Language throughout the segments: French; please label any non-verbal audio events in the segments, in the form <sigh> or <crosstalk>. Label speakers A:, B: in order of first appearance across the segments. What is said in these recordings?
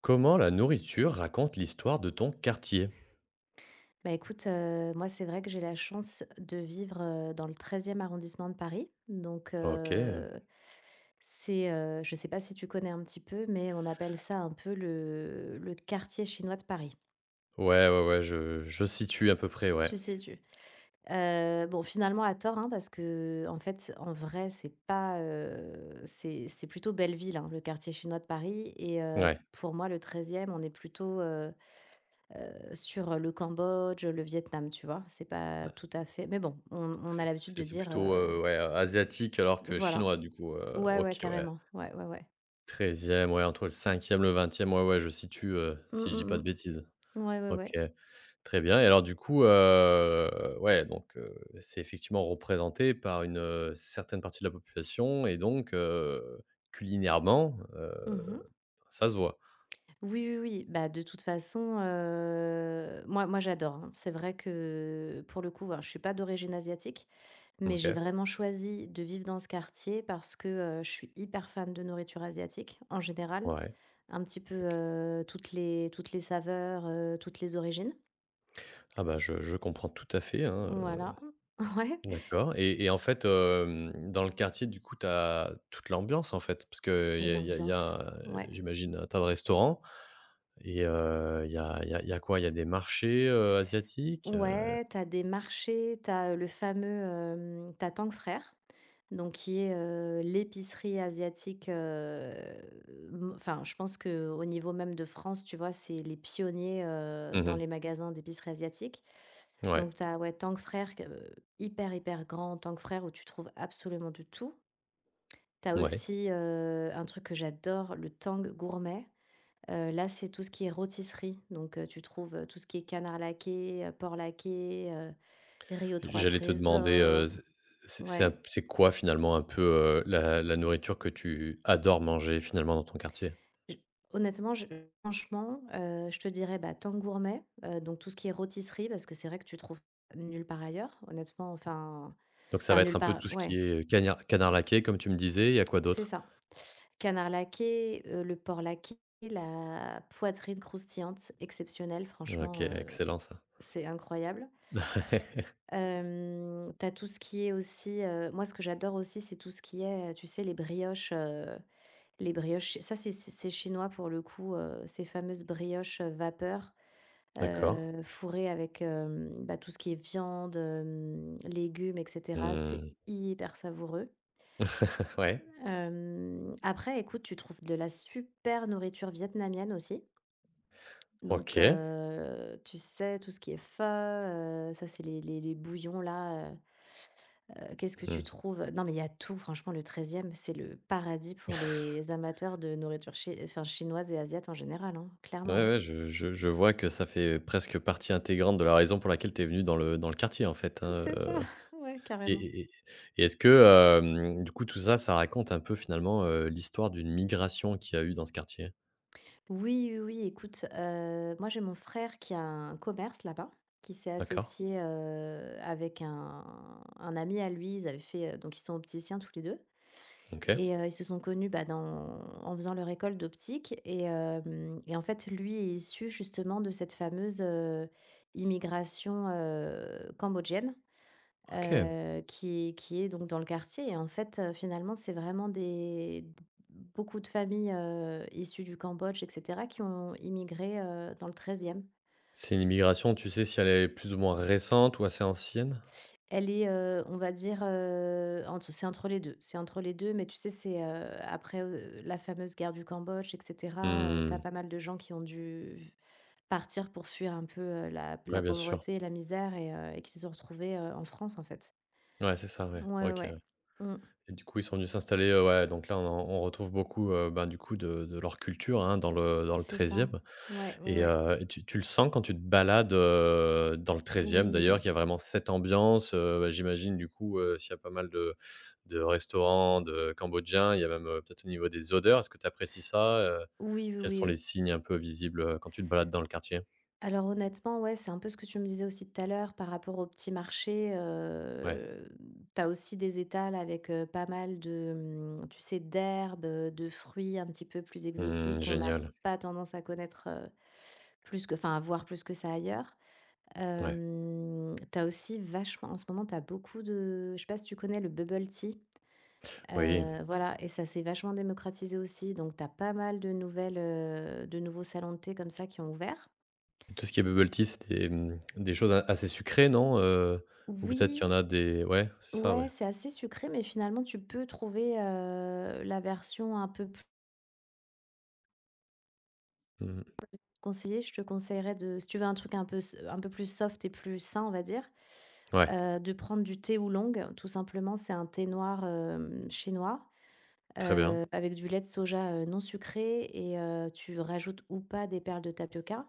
A: Comment la nourriture raconte l'histoire de ton quartier?
B: Bah, écoute, moi, c'est vrai que j'ai la chance de vivre, dans le 13e arrondissement de Paris. Donc,
A: OK.
B: je sais pas si tu connais un petit peu, mais on appelle ça un peu le quartier chinois de Paris.
A: Ouais, ouais, ouais, je situe à peu près, ouais.
B: Tu situes? Bon, finalement à tort, hein, parce que en fait, en vrai, c'est pas, c'est plutôt Belleville, hein, le quartier chinois de Paris. Et
A: Ouais.
B: pour moi, le 13e on est plutôt, sur le Cambodge, le Vietnam, tu vois? C'est pas
A: Ouais,
B: tout à fait mais bon, on
A: donc
B: on a
A: c'est
B: l'habitude
A: c'est
B: de
A: c'est
B: dire,
A: plutôt, ouais, asiatique alors que
B: voilà.
A: chinois du coup,
B: Ouais, ouais,
A: OK, ouais.
B: carrément. Ouais, ouais, ouais.
A: Treizième, ouais, entre le cinquième, e le vingtième, ouais, ouais, je situe,
B: Mmh,
A: si je dis pas
B: mmh
A: de bêtises.
B: mh. Ouais, ouais,
A: OK,
B: ouais.
A: très bien et alors du coup, ouais, donc c'est effectivement représenté par une, certaine partie de la population et donc culinairement,
B: Mmh.
A: ça se voit.
B: Oui, oui, oui. Bah, de toute façon, moi j'adore, hein. C'est vrai que pour le coup, alors je suis pas d'origine asiatique, mais j'ai
A: OK.
B: vraiment choisi de vivre dans ce quartier parce que, je suis hyper fan de nourriture asiatique en général,
A: Ouais.
B: un petit peu,
A: OK.
B: toutes les saveurs, toutes les origines.
A: Ah bah, je comprends tout à fait, hein,
B: Voilà. <laughs> Ouais,
A: d'accord et en fait, dans le quartier, du coup, tu as toute l'ambiance, en fait, parce que
B: et
A: y a il y a y
B: l'ambiance,
A: a,
B: ouais.
A: j'imagine, un tas de restaurants et il y a quoi? Il y a des marchés, asiatiques?
B: Ouais, t'as des marchés, le fameux, tu Tang Frères, donc qui est, l'épicerie asiatique, m enfin, je pense que au niveau même de France, tu vois, c'est les pionniers, dans
A: Mmh.
B: les magasins d'épicerie asiatique.
A: Ouais,
B: Donc t'as, ouais, Tang Frères, q hyper, hyper grand Tang Frères où tu trouves absolument de tout. T'as
A: ouais.
B: aussi, un truc que j'adore, le Tang Gourmet. Là, c'est tout ce qui est rôtisserie, donc tu trouves, tout ce qui est canard laqué, porc laqué, riz aux trois
A: J'allais te demander,
B: trésors.
A: c'est c'est c'est
B: Ouais.
A: un c'est quoi, finalement, un peu, la nourriture que tu adores manger, finalement, dans ton quartier?
B: Je Honnêtement, je franchement, je te dirais, bah, Temps Gourmet, donc tout ce qui est rôtisserie parce que c'est vrai que tu trouves nulle part ailleurs, honnêtement, enfin
A: Donc ça
B: enfin
A: va être
B: nulle
A: un peu
B: part,
A: tout ce
B: ouais,
A: qui est, canard laqué, comme tu me disais, il y a quoi
B: c'est
A: d'autre?
B: ça. Canard laqué, le porc laqué, la poitrine croustillante exceptionnelle,
A: OK,
B: franchement,
A: excellent ça.
B: c'est incroyable.
A: <laughs>
B: Hem, tu Tout ce qui est aussi, moi ce que j'adore aussi, c'est tout ce qui est, tu sais les brioches, ça c'est chinois pour le coup, ces fameuses brioches, vapeur,
A: D'accord.
B: fourrées avec, bah, tout ce qui est viande, légumes et cetera. C'est
A: Mmh.
B: hyper savoureux.
A: <laughs> Ouais.
B: Après, écoute, tu trouves de la super nourriture vietnamienne aussi. Donc,
A: OK.
B: tu sais tout ce qui est pho, ça c'est les bouillons là. Qu'est-ce que tu
A: Mmh.
B: trouves? Non, mais il y a tout, franchement, le 13e, c'est le paradis pour les amateurs de nourriture chi enfin, chinoise et asiate en général, hein,
A: Ouais,
B: clairement,
A: ouais, je vois que ça fait presque partie intégrante de la raison pour laquelle tu es venu dans le quartier, en fait,
B: hein.
A: hein,
B: C'est ça, <laughs> ouais,
A: et
B: carrément.
A: et est-ce que, du coup, tout ça, ça raconte un peu, finalement, l'histoire d'une migration qu'il y a eu dans ce quartier?
B: Oui, oui, oui, écoute, moi, j'ai mon frère qui a un commerce là-bas, qui s'est
A: D'accord.
B: associé, avec un ami à lui. Ils avaient fait, donc ils sont opticiens tous les 2.
A: OK.
B: Et ils se sont connus, bah, dans en faisant leur école d'optique, et en fait, lui est issu justement de cette fameuse, immigration, cambodgienne,
A: OK.
B: qui est donc dans le quartier. Et en fait, finalement, c'est vraiment des beaucoup de familles, issues du Cambodge et cetera qui ont immigré, dans le 13e.
A: C'est une migration, tu sais si elle est plus ou moins récente ou assez ancienne?
B: Elle est, on va dire, entre c'est entre les 2. C'est entre les 2, mais tu sais, c'est, après, la fameuse guerre du Cambodge et cetera, tu
A: Mmh.
B: pas mal de gens qui ont dû partir pour fuir un peu, la
A: Ouais,
B: la
A: bien sûr.
B: pauvreté et la misère, et qui se sont retrouvés, en France, en fait.
A: Ouais, c'est ça, ouais.
B: Ouais, ouais,
A: OK.
B: ouais. Mmh.
A: Et du coup, ils sont venus s'installer, ouais, donc là, on retrouve beaucoup, ben, du coup, de leur culture, hein, dans le
B: C'est ça.
A: treizième.
B: Ouais, ouais,
A: Et
B: ouais.
A: tu le sens quand tu te balades, dans le treizième, d'ailleurs,
B: Oui.
A: qu'il y a vraiment cette ambiance, bah, j'imagine, du coup, s'il y a pas mal de restaurants, de cambodgiens, il y a même, peut-être au niveau des odeurs. Est-ce que tu apprécies ça,
B: Oui, oui,
A: Quels sont les
B: oui.
A: signes un peu visibles, quand tu te balades dans le quartier?
B: Alors honnêtement, ouais, c'est un peu ce que tu me disais aussi tout à l'heure par rapport au petit marché.
A: Ouais.
B: Tu as aussi des étals avec pas mal de, tu sais, d'herbes, de fruits un petit peu plus exotiques
A: Mmh,
B: qu'on n'a
A: génial.
B: pas tendance à connaître, plus que, enfin, à voir plus que ça ailleurs.
A: Ouais.
B: Tu as aussi vachement, en ce moment, tu as beaucoup de, je sais pas si tu connais le bubble tea.
A: Oui.
B: Voilà, et ça s'est vachement démocratisé aussi. Donc, tu as pas mal de nouveaux salons de thé comme ça qui ont ouvert.
A: Tout ce qui est bubble tea, c'est des, des choses a assez sucrées, non? Ou peut-être qu'il
B: Oui.
A: y en a des ouais, c'est ça,
B: Ouais,
A: ouais.
B: c'est assez sucré, mais finalement, tu peux trouver, la version un peu plus
A: Mmh mh.
B: conseillée. Je te conseillerais de si tu veux un truc un peu plus soft et plus sain, on va dire,
A: Ouais,
B: de prendre du thé oolong. Tout simplement, c'est un thé noir, chinois,
A: très bien.
B: avec du lait de soja, non sucré, et tu rajoutes ou pas des perles de tapioca,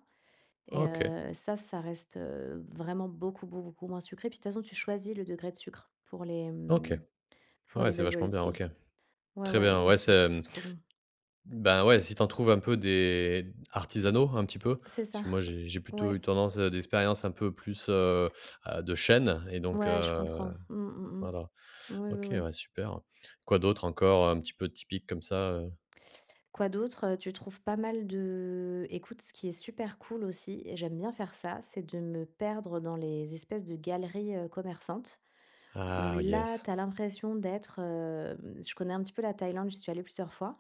B: et
A: OK,
B: heu, ça, ça reste, vraiment beaucoup, beaucoup beaucoup moins sucré. Puis de toute façon, tu choisis le degré de sucre
A: OK. Ah
B: pour
A: ouais,
B: les
A: c'est vachement
B: bubble
A: bien,
B: tea.
A: OK.
B: Ouais,
A: Très
B: ouais, non,
A: bien,
B: mais
A: ouais,
B: surtout,
A: c'est,
B: c'est trop bon.
A: ben, ouais, si tu en trouves un peu des artisanaux, un petit peu,
B: C'est
A: parce
B: ça,
A: que moi, j'ai plutôt
B: ouais.
A: eu tendance, d'expérience un peu plus, de chaîne et donc
B: Ouais, je comprends. Mmh, mmh, mmh.
A: voilà.
B: Oui, oui,
A: OK,
B: oui.
A: ouais, super. Quoi d'autre encore, un petit peu typique comme ça,
B: Quoi d'autre? Tu trouves pas mal de écoute, ce qui est super cool aussi, et j'aime bien faire ça, c'est de me perdre dans les espèces de galeries, commerçantes, où
A: Ah
B: là,
A: yes.
B: t'as l'impression d'être, je connais un petit peu la Thaïlande, j'y suis allée plusieurs fois.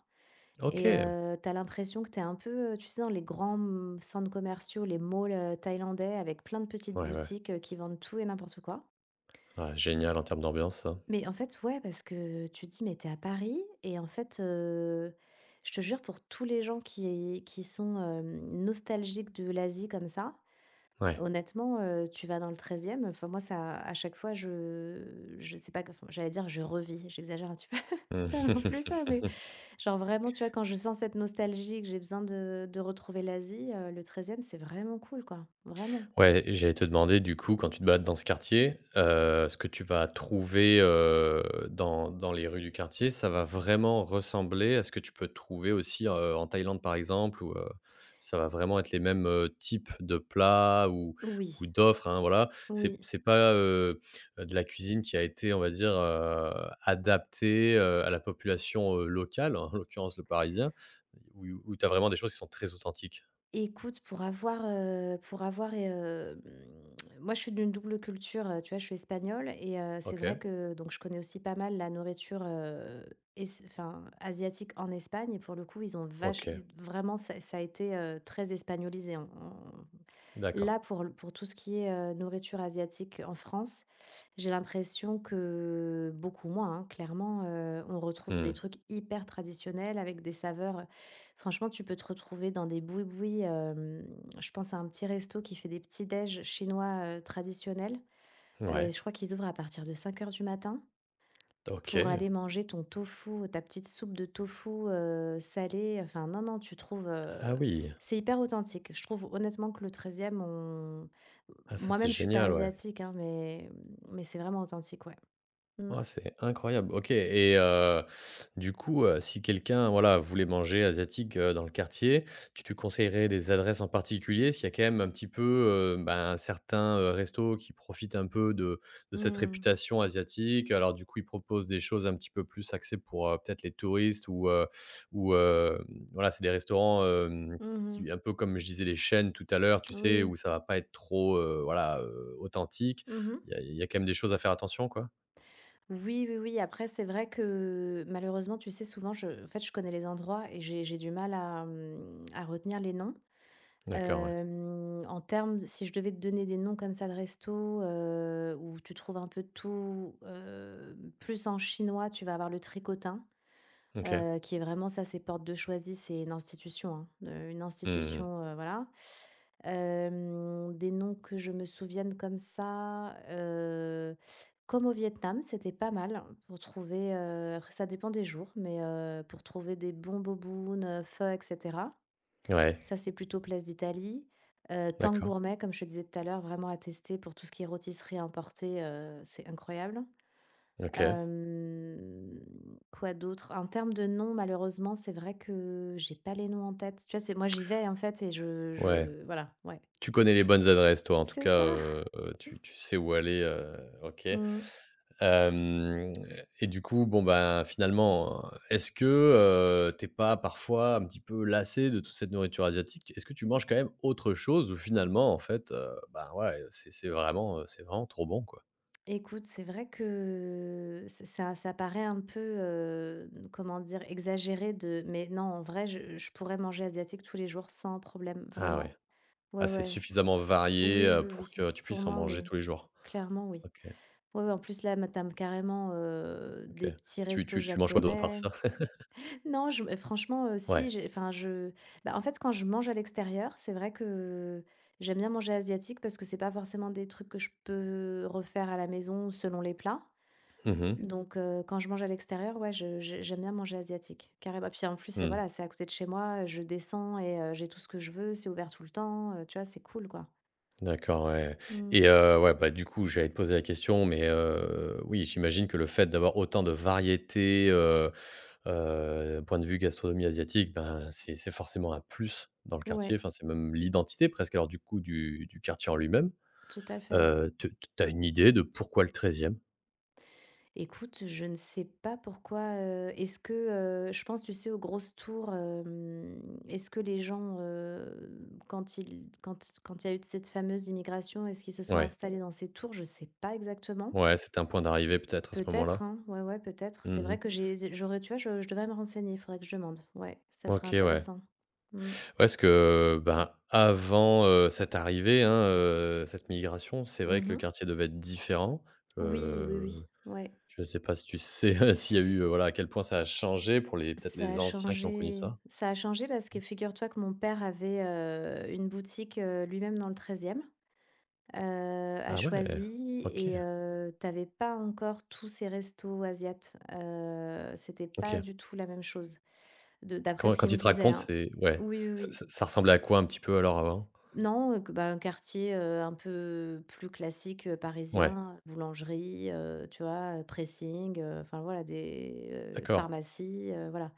B: Et
A: OK.
B: tu l'impression que t'es un peu, tu sais, dans les grands, centres commerciaux, les malls, thaïlandais avec plein de petites
A: Ouais, ouais.
B: boutiques, qui vendent tout et n'importe quoi.
A: Ah génial en termes d'ambiance, ça.
B: Mais en fait, ouais, parce que tu te dis: «Mais tu à Paris», et en fait, je te jure pour tous les gens qui sont, nostalgiques de l'Asie comme ça,
A: Ouais.
B: honnêtement, tu vas dans le 13e. Enfin moi, ça, à chaque fois, je sais pas, enfin j'allais dire je revis, j'exagère un petit peu, <laughs> c'est
A: Mmh.
B: pas non plus ça, mais
A: <laughs>
B: genre vraiment, tu vois, quand je sens cette nostalgie que j'ai besoin de retrouver l'Asie, le 13e, c'est vraiment cool, quoi, vraiment.
A: Ouais, j'allais te demander du coup, quand tu te balades dans ce quartier, ce que tu vas trouver, dans les rues du quartier, ça va vraiment ressembler à ce que tu peux trouver aussi, en Thaïlande, par exemple, où, ça va vraiment être les mêmes, types de plats ou
B: Oui,
A: d'offres, hein, voilà. C'est
B: oui.
A: c'est pas, de la cuisine qui a été, on va dire, adaptée, à la population, locale, en l'occurrence le parisien, où où tu as vraiment des choses qui sont très authentiques.
B: Écoute, pour avoir et <tsk> moi, je suis d'une double culture, tu vois? Je suis espagnole, et c'est vrai
A: OK,
B: que donc je connais aussi pas mal la nourriture, es enfin, asiatique en Espagne, et pour le coup, ils ont vache
A: OK.
B: vraiment, ça a été, très espagnolisé.
A: D'accord.
B: Là, pour tout ce qui est, nourriture asiatique en France, j'ai l'impression que beaucoup moins, hein, clairement, on retrouve des
A: Mmh.
B: trucs hyper traditionnels avec des saveurs, franchement, tu peux te retrouver dans des boui-boui, je pense à un petit resto qui fait des petits déj chinois, traditionnels,
A: Ouais.
B: je crois qu'ils ouvrent à partir de 5 heures du matin. Pour
A: OK.
B: aller manger ton tofu, ta petite soupe de tofu, salée, enfin non, non, tu trouves,
A: Ah oui.
B: c'est hyper authentique. Je trouve honnêtement que le treizième on
A: Ah ça, c'est
B: moi-même, je suis pas
A: génial, ouais.
B: asiatique, hein, mais c'est vraiment authentique, ouais. Mmh.
A: Ah, c'est incroyable. OK et du coup, si quelqu'un, voilà, voulait manger asiatique, dans le quartier, tu te conseillerais des adresses en particulier? S'il y a quand même un petit peu, ben, certains, restos qui profitent un peu de cette
B: Mmh.
A: réputation asiatique. Alors du coup, ils proposent des choses un petit peu plus axées pour, peut-être les touristes ou, voilà, c'est des restaurants,
B: Mmh.
A: qui un peu comme je disais les chaînes tout à l'heure, tu sais,
B: Oui.
A: où ça va pas être trop, voilà, authentique.
B: Mmh.
A: Il y a quand même des choses à faire attention, quoi?
B: Oui, oui, oui, après c'est vrai que malheureusement, tu sais, souvent je en fait, je connais les endroits et j'ai du mal à retenir les noms.
A: D'accord, ouais.
B: Hem, en termes de- Si je devais te donner des noms comme ça de resto, où tu trouves un peu de tout, plus en chinois, tu vas avoir le Tricotin,
A: OK.
B: qui est vraiment ça, c'est porte de Choisy, c'est une institution, hein, une
A: Mmh.
B: institution, voilà. Des noms que je me souvienne comme ça, comme au Vietnam, c'était pas mal pour trouver, après ça dépend des jours, mais pour trouver des bons bobounes, pho et cetera.
A: Ouais,
B: Ça, c'est plutôt place d'Italie. Tank
A: d'accord.
B: Gourmet, comme je te disais tout à l'heure, vraiment à tester pour tout ce qui est rôtisserie emportée, c'est incroyable.
A: OK.
B: Hem, quoi d'autre? En termes de noms, malheureusement, c'est vrai que j'ai pas les noms en tête. Tu vois, c'est moi, j'y vais, en fait, et
A: Ouais.
B: je voilà, ouais.
A: Tu connais les bonnes adresses toi en tout
B: C'est
A: cas,
B: ça.
A: tu sais où aller, OK.
B: Mmh.
A: Hem et du coup, bon, ben, finalement, est-ce que, tu es pas parfois un petit peu lassé de toute cette nourriture asiatique? Est-ce que tu manges quand même autre chose ou finalement en fait, ben, ouais, c'est vraiment, c'est vraiment trop bon quoi?
B: Écoute, c'est vrai que ça paraît un peu, comment dire? Exagéré, de mais non, en vrai, je pourrais manger asiatique tous les jours sans problème,
A: Ah
B: vraiment.
A: ouais.
B: Ouais,
A: Ah c'est
B: ouais.
A: suffisamment varié,
B: Oui, oui,
A: pour
B: oui.
A: que tu
B: Pour
A: puisses en
B: moi,
A: manger
B: oui.
A: tous les jours?
B: Clairement, oui.
A: OK,
B: Ouais, ouais, en plus, là, ma tu carrément,
A: OK
B: des petits
A: et tu
B: restos
A: tu tu manges quoi d'autre à part
B: japonais.
A: ça?
B: Non, je me franchement, si,
A: Ouais.
B: j'ai enfin, je bah, en fait, quand je mange à l'extérieur, c'est vrai que j'aime bien manger asiatique parce que c'est pas forcément des trucs que je peux refaire à la maison selon les plats.
A: Mmh mh.
B: Mmh. Donc quand je mange à l'extérieur, ouais, je j'ai j'aime bien manger asiatique, carrément. Puis, en plus,
A: Mmh.
B: voilà, c'est à côté de chez moi, je descends, et j'ai tout ce que je veux, c'est ouvert tout le temps, tu vois, c'est cool, quoi.
A: D'accord, ouais
B: Mmh.
A: et ouais, bah, du coup, j'allais te poser la question, mais oui, j'imagine que le fait d'avoir autant de variétés, point de vue gastronomie asiatique, ben, c'est forcément un plus dans le quartier.
B: Ouais,
A: Enfin, c'est même l'identité presque, alors du coup, du quartier en lui-même.
B: tout à fait.
A: Tu as une idée de pourquoi le treizième.
B: Écoute, je ne sais pas pourquoi, est-ce que, je pense, tu sais, aux grosses tours, est-ce que les gens, quand il y a eu cette fameuse immigration, est-ce qu'ils se sont
A: Ouais,
B: installés dans ces tours? Je ne sais pas exactement.
A: ouais, c'était un point d'arrivée peut-être à ce
B: Peut-être,
A: moment-là?
B: hein, ouais, ouais, peut-être. C'est
A: Mmh.
B: vrai que j'aurais, tu vois, je devrais me renseigner, il faudrait que je demande. Ouais, ça serait
A: OK, ouais.
B: intéressant. Mmh.
A: Ouais, parce que, ben, avant, cette arrivée, hein, cette migration, c'est vrai que le
B: Mmh.
A: quartier devait être différent.
B: Oui, oui,
A: Heu,
B: oui, ouais.
A: je ne sais pas si tu sais, <laughs> s'il y a eu, voilà, à quel point ça a changé pour les peut-être
B: Ça
A: les
B: a
A: anciens qui ont connu
B: changé,
A: ça?
B: ça a changé, parce que figure-toi que mon père avait, une boutique, lui-même dans le 13e. A
A: Ah ouais!
B: choisi,
A: OK,
B: et tu pas encore tous ces restos asiates, c'était pas
A: OK.
B: du tout la même chose, de d'après
A: Quand
B: ce qu'il
A: quand
B: me
A: ils te
B: disait,
A: racontent,
B: hein.
A: c'est ouais,
B: Oui, oui,
A: ça
B: oui.
A: ça ça ressemblait à quoi un petit peu alors avant?
B: Non, que bah, un quartier, un peu plus classique,
A: Ouais,
B: parisien, boulangerie, tu vois? Pressing, enfin voilà
A: d'accord.
B: pharmacie, voilà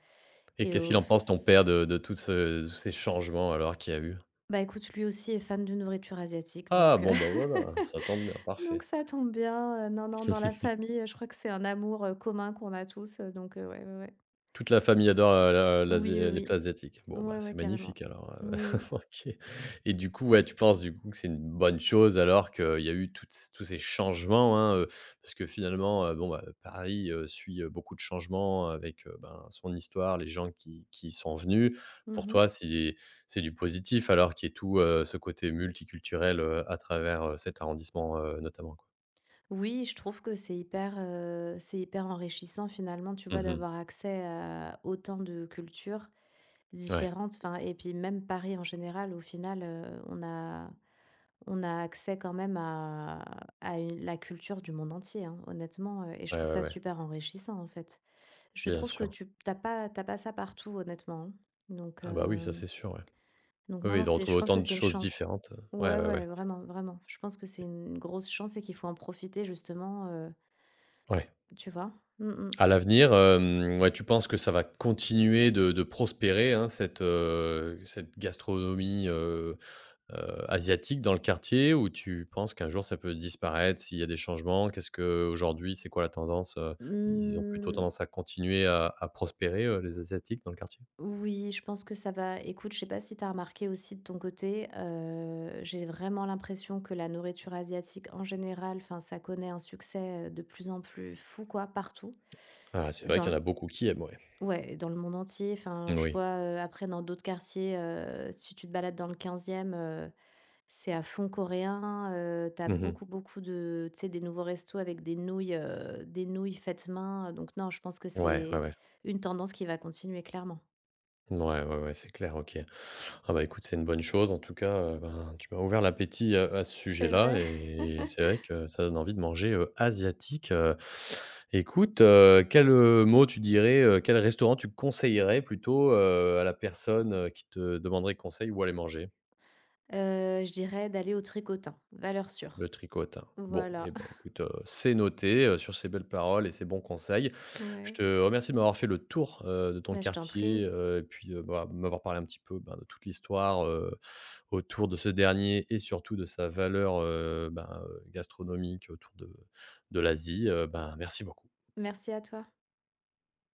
A: Et
B: et
A: qu'est-ce qu'il
B: au
A: en pense ton père de tout ce tous ces changements alors qu'il y a eu?
B: Bah, écoute, lui aussi est fan de nourriture asiatique,
A: Ah bon, bah, voilà, ça tombe bien,
B: <laughs> donc
A: parfait.
B: ça tombe bien, non, non, dans la famille, je crois que c'est un amour, commun qu'on a tous, ouais, ouais, ouais.
A: Toute la famille adore la l'asi
B: Oui, oui,
A: les plats asiatiques.
B: oui.
A: Bon, bah,
B: Ouais, ouais,
A: c'est
B: carrément.
A: magnifique alors,
B: Oui, oui.
A: <laughs> OK et du coup, ouais, tu penses du coup que c'est une bonne chose alors qu'il y a eu toutes c tous ces changements, hein, parce que finalement, bon, bah, Paris, suit, beaucoup de changements avec, ben, son histoire, les gens qui y sont venus. Pour
B: Mmh.
A: toi, c'est du positif alors qu'il y ait tout, ce côté multiculturel, à travers, cet arrondissement, notamment, quoi?
B: Oui, je trouve que c'est hyper enrichissant finalement, tu vois,
A: Mmh.
B: d'avoir accès à autant de cultures
A: Ouais.
B: différentes, enfin. Et puis même Paris en général, au final, on a accès quand même à une la culture du monde entier, hein, honnêtement, et je
A: Ouais,
B: trouve
A: ouais,
B: ça
A: ouais.
B: super enrichissant, en fait. Je
A: Bien
B: trouve que
A: sûr.
B: tu t'as pas ça partout, honnêtement, hein. Donc
A: Ah bah, oui, ça
B: hem,
A: c'est sûr, ouais.
B: donc
A: Oui,
B: non,
A: oui,
B: non,
A: de
B: c'est
A: retrouver
B: je pense
A: autant
B: que
A: de
B: c'est une
A: choses
B: chance.
A: différentes, ouais,
B: Ouais,
A: ouais,
B: ouais,
A: ouais,
B: vraiment, vraiment. Je pense que c'est une grosse chance et qu'il faut en profiter justement,
A: ouais.
B: tu vois? Mmh mh.
A: À l'avenir, ouais, tu penses que ça va continuer de prospérer, hein, cette, cette gastronomie, asiatique dans le quartier ou tu penses qu'un jour ça peut disparaître s'il y a des changements? Qu'est-ce que aujourd'hui c'est quoi la tendance, Ils ont plutôt
B: Mmh.
A: tendance à continuer à prospérer, les asiatiques dans le quartier?
B: Oui, je pense que ça va. Écoute, je sais pas si tu as remarqué aussi de ton côté, j'ai vraiment l'impression que la nourriture asiatique en général, enfin, ça connaît un succès, de plus en plus fou, quoi, partout.
A: Ah, c'est vrai
B: Dans
A: qu'il
B: l
A: y en a beaucoup qui aiment, ouais.
B: Ouais, dans le monde entier. Enfin, je
A: Moui.
B: vois, après dans d'autres quartiers, si tu te balades dans le 15e, e c'est à fond coréen, tu
A: Mmh.
B: beaucoup, beaucoup de tu sais, des nouveaux restos avec des nouilles faites main, donc non, je pense que
A: Ouais, ouais,
B: c'est
A: ouais.
B: une tendance qui va continuer clairement.
A: Mouais, ouais, ouais, c'est clair, OK. Ah bah, écoute, c'est une bonne chose en tout cas, ben, tu m'as ouvert l'appétit, à ce
B: C'est
A: sujet-là
B: vrai?
A: et c'est vrai que ça donne envie de manger, asiatique, Écoute, quel, mot tu dirais, quel restaurant tu conseillerais plutôt, à la personne, qui te demanderait conseil où aller manger?
B: Je dirais d'aller au Tricotin, valeur sûre.
A: Le tricotin. Bon, eh
B: Voilà.
A: ben,
B: <laughs>
A: écoute, c'est noté, sur ces belles paroles et ces bons conseils. Je
B: Ouais.
A: te remercie de m'avoir fait le tour, de ton
B: Bah, je t'en
A: quartier,
B: prie.
A: et puis, bah, m'avoir parlé un petit peu, ben, de toute l'histoire, autour de ce dernier et surtout de sa valeur, ben, gastronomique autour de l'Asie, ben, merci beaucoup.
B: Merci à toi.